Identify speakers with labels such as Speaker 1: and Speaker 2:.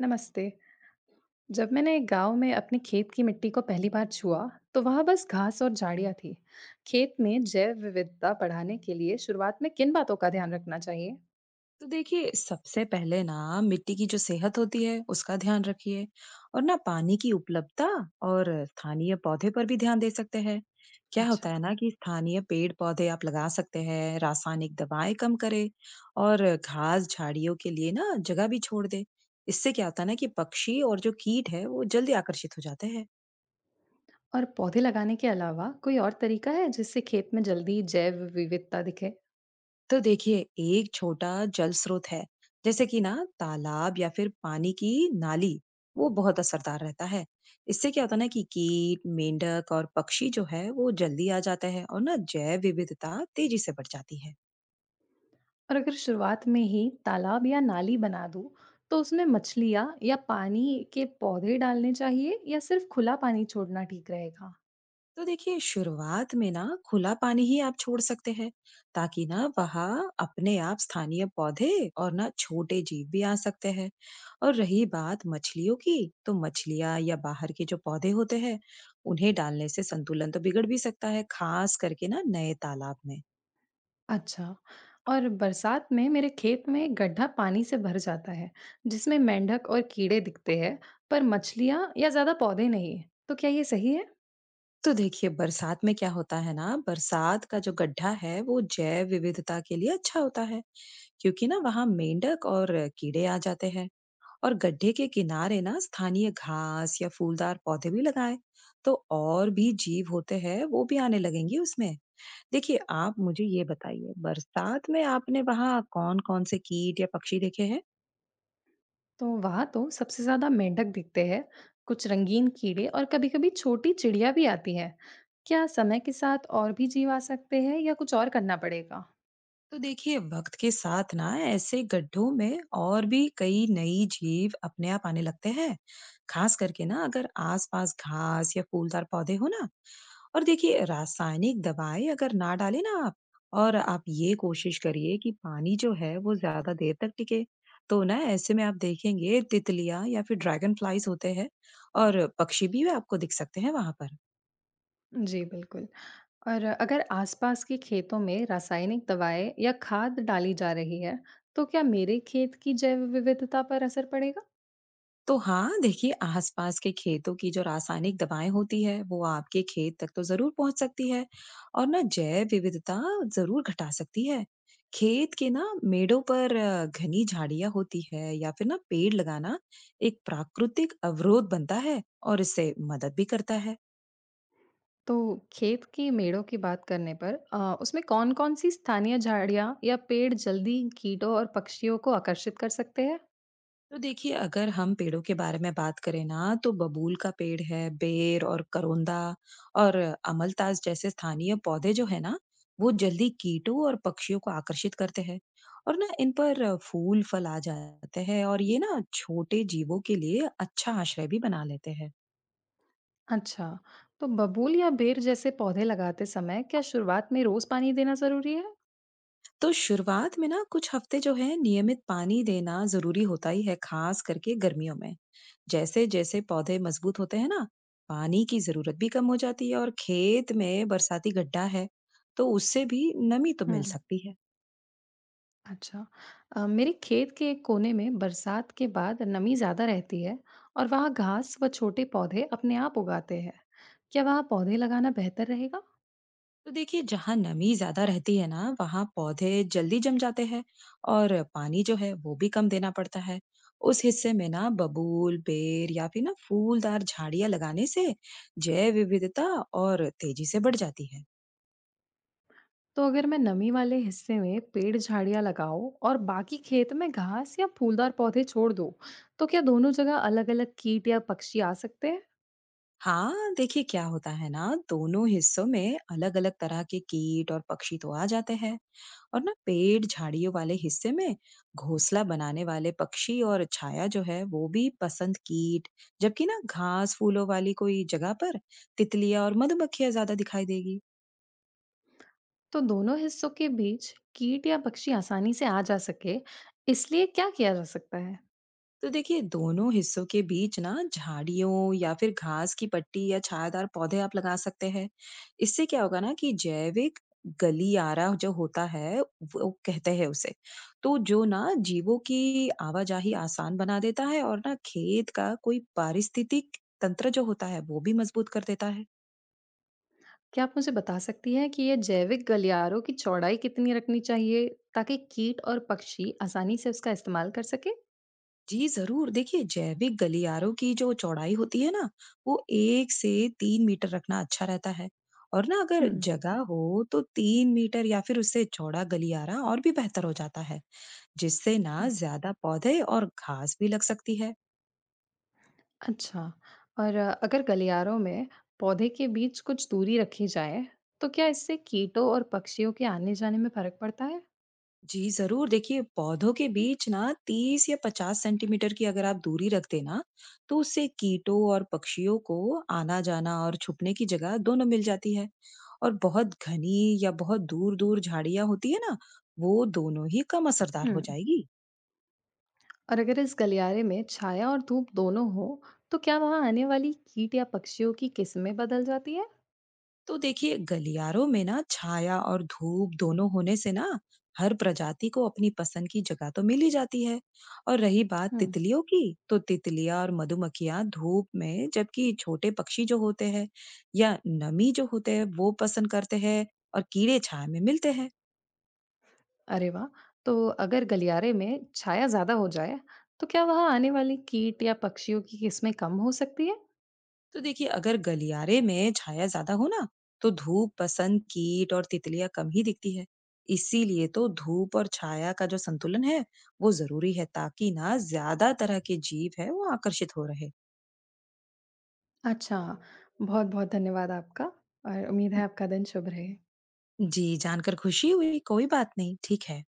Speaker 1: नमस्ते। जब मैंने एक गांव में अपने खेत की मिट्टी को पहली बार छुआ तो वहां बस घास और झाड़ियां थी। खेत में जैव विविधता बढ़ाने के लिए शुरुआत में किन बातों का ध्यान रखना चाहिए?
Speaker 2: तो देखिए सबसे पहले ना मिट्टी की जो सेहत होती है उसका ध्यान रखिए और ना पानी की उपलब्धता और स्थानीय पौधे पर भी ध्यान दे सकते हैं। क्या
Speaker 1: अच्छा।
Speaker 2: होता है ना कि स्थानीय पेड़ पौधे आप लगा सकते हैं, रासायनिक दवाएं कम करें और घास झाड़ियों के लिए ना जगह भी छोड़ दे। इससे क्या होता है ना कि पक्षी और जो कीट है वो जल्दी आकर्षित हो जाते हैं।
Speaker 1: और पौधे लगाने के अलावा कोई और तरीका है जिससे खेत में जल्दी जैव विविधता दिखे?
Speaker 2: तो देखिए एक छोटा जल स्रोत है, जैसे कि ना तालाब या फिर पानी की नाली, वो बहुत असरदार रहता है। इससे क्या होता है ना कि कीट, मेंढक और पक्षी जो है वो जल्दी आ जाते हैं और ना जैव विविधता तेजी से बढ़ जाती है।
Speaker 1: और अगर शुरुआत में ही तालाब या नाली बना दूं तो उसमें मछलियाँ या पानी के पौधे डालने चाहिए या सिर्फ खुला पानी छोड़ना ठीक रहेगा?
Speaker 2: तो देखिए शुरुआत में ना खुला पानी ही आप छोड़ सकते हैं, ताकि ना वहाँ अपने आप स्थानीय पौधे और ना छोटे जीव भी आ सकते हैं। और रही बात मछलियों की, तो मछलियाँ या बाहर के जो पौधे होते हैं, उन्हें डालने से संतुलन तो बिगड़ भी सकता है, खास करके ना नए तालाब में।
Speaker 1: अच्छा। और बरसात में मेरे खेत में एक गड्ढा पानी से भर जाता है, जिसमें मेंढक और कीड़े दिखते हैं, पर मछलियाँ या ज़्यादा पौधे नहीं। तो क्या ये सही है?
Speaker 2: तो देखिए बरसात में क्या होता है ना, बरसात का जो गड्ढा है वो जैव विविधता के लिए अच्छा होता है, क्योंकि ना वहाँ मेंढक और कीड़े आ जाते हैं। और गड्ढे के किनारे ना स्थानीय घास या फूलदार पौधे भी लगाएं, तो और भी जीव होते हैं वो भी आने लगेंगे उसमें। देखिए आप मुझे ये बताइए, बरसात में आपने वहाँ कौन कौन से कीट या पक्षी देखे हैं?
Speaker 1: तो वहाँ तो सबसे ज़्यादा मेंढक दिखते हैं, कुछ रंगीन कीड़े और कभी-कभी छोटी चिड़िया भी आती है। क्या समय के साथ और भी जीव आ सकते हैं या कुछ और करना पड़ेगा?
Speaker 2: तो देखिए वक्त के साथ ना ऐसे गड्ढों में और भी कई नई जीव अपने आप आने लगते हैं, खास करके ना अगर आसपास घास या फूलदार पौधे हो ना। और देखिए रासायनिक दवाएं अगर ना डालें ना आप, और आप ये कोशिश करिए कि पानी जो है वो ज्यादा देर तक टिके, तो ना ऐसे में आप देखेंगे तितलियां या फिर ड्रैगन फ्लाइज होते हैं और पक्षी भी वे आपको दिख सकते हैं वहां पर।
Speaker 1: जी, बिल्कुल। और अगर आसपास के खेतों में रासायनिक दवाएं या खाद डाली जा रही है, तो क्या मेरे खेत की जैव विविधता पर असर पड़ेगा?
Speaker 2: तो हाँ, देखिए आसपास के खेतों की जो रासायनिक दवाएं होती है, वो आपके खेत तक तो जरूर पहुंच सकती है और ना जैव विविधता जरूर घटा सकती है। खेत के ना मेड़ों पर घनी झाड़ियां होती है या फिर ना पेड़ लगाना एक प्राकृतिक अवरोध बनता है और इससे मदद भी करता है।
Speaker 1: तो खेत की मेड़ों की बात करने पर उसमें कौन-कौन सी स्थानीय झाड़ियाँ या पेड़ जल्दी कीटों और पक्षियों को आकर्षित कर सकते हैं?
Speaker 2: तो देखिए अगर हम पेड़ों के बारे में बात करें ना, तो बबूल का पेड़ है, बेर और करोंदा और अमलतास जैसे स्थानीय पौधे जो है ना, वो जल्दी कीटों और पक्षियों को आकर्षित करते हैं और ना इन पर फूल फल आ जाते हैं और ये ना छोटे जीवों के लिए अच्छा आश्रय भी बना लेते हैं।
Speaker 1: अच्छा, तो बबूल या बेर जैसे पौधे लगाते समय क्या शुरुआत में रोज पानी देना जरूरी है?
Speaker 2: तो शुरुआत में ना कुछ हफ्ते जो है नियमित पानी देना जरूरी होता ही है, खास करके गर्मियों में। जैसे जैसे पौधे मजबूत होते हैं ना, पानी की जरूरत भी कम हो जाती है, और खेत में बरसाती गड्ढा है तो उससे भी नमी तो मिल
Speaker 1: हम्म।
Speaker 2: सकती है।
Speaker 1: अच्छा, मेरे खेत के एक कोने में बरसात के बाद नमी ज्यादा रहती है और वहाँ घास व छोटे पौधे अपने आप उगाते हैं। क्या वहाँ पौधे लगाना बेहतर रहेगा?
Speaker 2: तो देखिए जहाँ नमी ज्यादा रहती है ना, वहाँ पौधे जल्दी जम जाते हैं और पानी जो है वो भी कम देना पड़ता है। उस हिस्से में ना बबूल, बेर या फिर ना फूलदार झाड़ियां लगाने से जैव विविधता और तेजी से बढ़ जाती है।
Speaker 1: तो अगर मैं नमी वाले हिस्से में पेड़ झाड़ियां लगाऊं और बाकी खेत में घास या फूलदार पौधे छोड़ दूं, तो क्या दोनों जगह अलग-अलग कीट या पक्षी आ सकते हैं?
Speaker 2: हाँ देखिए क्या होता है ना, दोनों हिस्सों में अलग अलग तरह के कीट और पक्षी तो आ जाते हैं और ना पेड़ झाड़ियों वाले हिस्से में घोंसला बनाने वाले पक्षी और छाया जो है वो भी पसंद कीट, जबकि ना घास फूलों वाली कोई जगह पर तितलियां और मधुमक्खियां ज्यादा दिखाई देगी।
Speaker 1: तो दोनों हिस्सों के बीच कीट या पक्षी आसानी से आ जा सके, इसलिए क्या किया जा सकता है?
Speaker 2: तो देखिए दोनों हिस्सों के बीच ना झाड़ियों या फिर घास की पट्टी या छायादार पौधे आप लगा सकते हैं। इससे क्या होगा ना कि जैविक गलियारा जो होता है, वो कहते हैं उसे, तो जो ना जीवों की आवाजाही आसान बना देता है और ना खेत का कोई पारिस्थितिक तंत्र जो होता है वो भी मजबूत कर देता है।
Speaker 1: क्या आप मुझे बता सकती हैं कि ये जैविक गलियारों की चौड़ाई कितनी रखनी चाहिए ताकि कीट और पक्षी आसानी से उसका इस्तेमाल कर सके?
Speaker 2: जी, ज़रूर। देखिए, जैविक गलियारों की जो चौड़ाई होती है ना, वो 1 से 3 मीटर रखना अच्छा रहता है, और ना अगर
Speaker 1: हम्म।
Speaker 2: जगह हो, तो 3 मीटर या फिर उससे चौड़ा गलियारा और भी बेहतर हो जाता है, जिससे ना
Speaker 1: अच्छा,
Speaker 2: ज़्यादा पौधे और घास भी लग सकती है।
Speaker 1: अच्छा। और अगर गलियारों में पौधे के बीच कुछ दूरी रखी जाए तो क्या इससे कीटों और पक्षियों के आने जाने में फर्क पड़ता है?
Speaker 2: जी, ज़रूर। देखिए, पौधों के बीच ना 30 या 50 सेंटीमीटर की अगर आप दूरी रख देना, तो उससे कीटों और पक्षियों को आना-जाना और छुपने की जगह दोनों मिल जाती है। और बहुत घनी या बहुत दूर-दूर झाड़ियाँ होती है ना, वो दोनों ही कम असरदार हो
Speaker 1: हम्म।
Speaker 2: जाएगी।
Speaker 1: और अगर इस गलियारे में छाया और धूप दोनों हो तो क्या वहां आने वाली कीट या पक्षियों की किस्में बदल जाती है?
Speaker 2: तो देखिए गलियारों में ना छाया और धूप दोनों होने से ना, हर प्रजाति को अपनी पसंद की जगह तो मिल ही जाती है। और रही बात
Speaker 1: हम्म।
Speaker 2: तितलियों की, तो तितलियां और मधुमक्खियां धूप में, जबकि छोटे पक्षी जो होते हैं या नमी जो होते हैं वो पसंद करते हैं, और कीड़े छाया में मिलते हैं।
Speaker 1: अरे वाह! तो अगर गलियारे में छाया ज्यादा हो जाए तो क्या वहां आने वाली कीट या पक्षियों की किस्में कम हो सकती है?
Speaker 2: तो देखिए अगर गलियारे में छाया ज्यादा हो ना, तो धूप पसंद कीट और तितलियां कम ही दिखती है। इसीलिए तो धूप और छाया का जो संतुलन है वो जरूरी है, ताकि ना ज्यादा तरह के जीव है वो आकर्षित हो रहे।
Speaker 1: अच्छा। बहुत बहुत धन्यवाद आपका और उम्मीद है आपका दिन शुभ रहे।
Speaker 2: जी, जानकर खुशी हुई। कोई बात नहीं, ठीक है।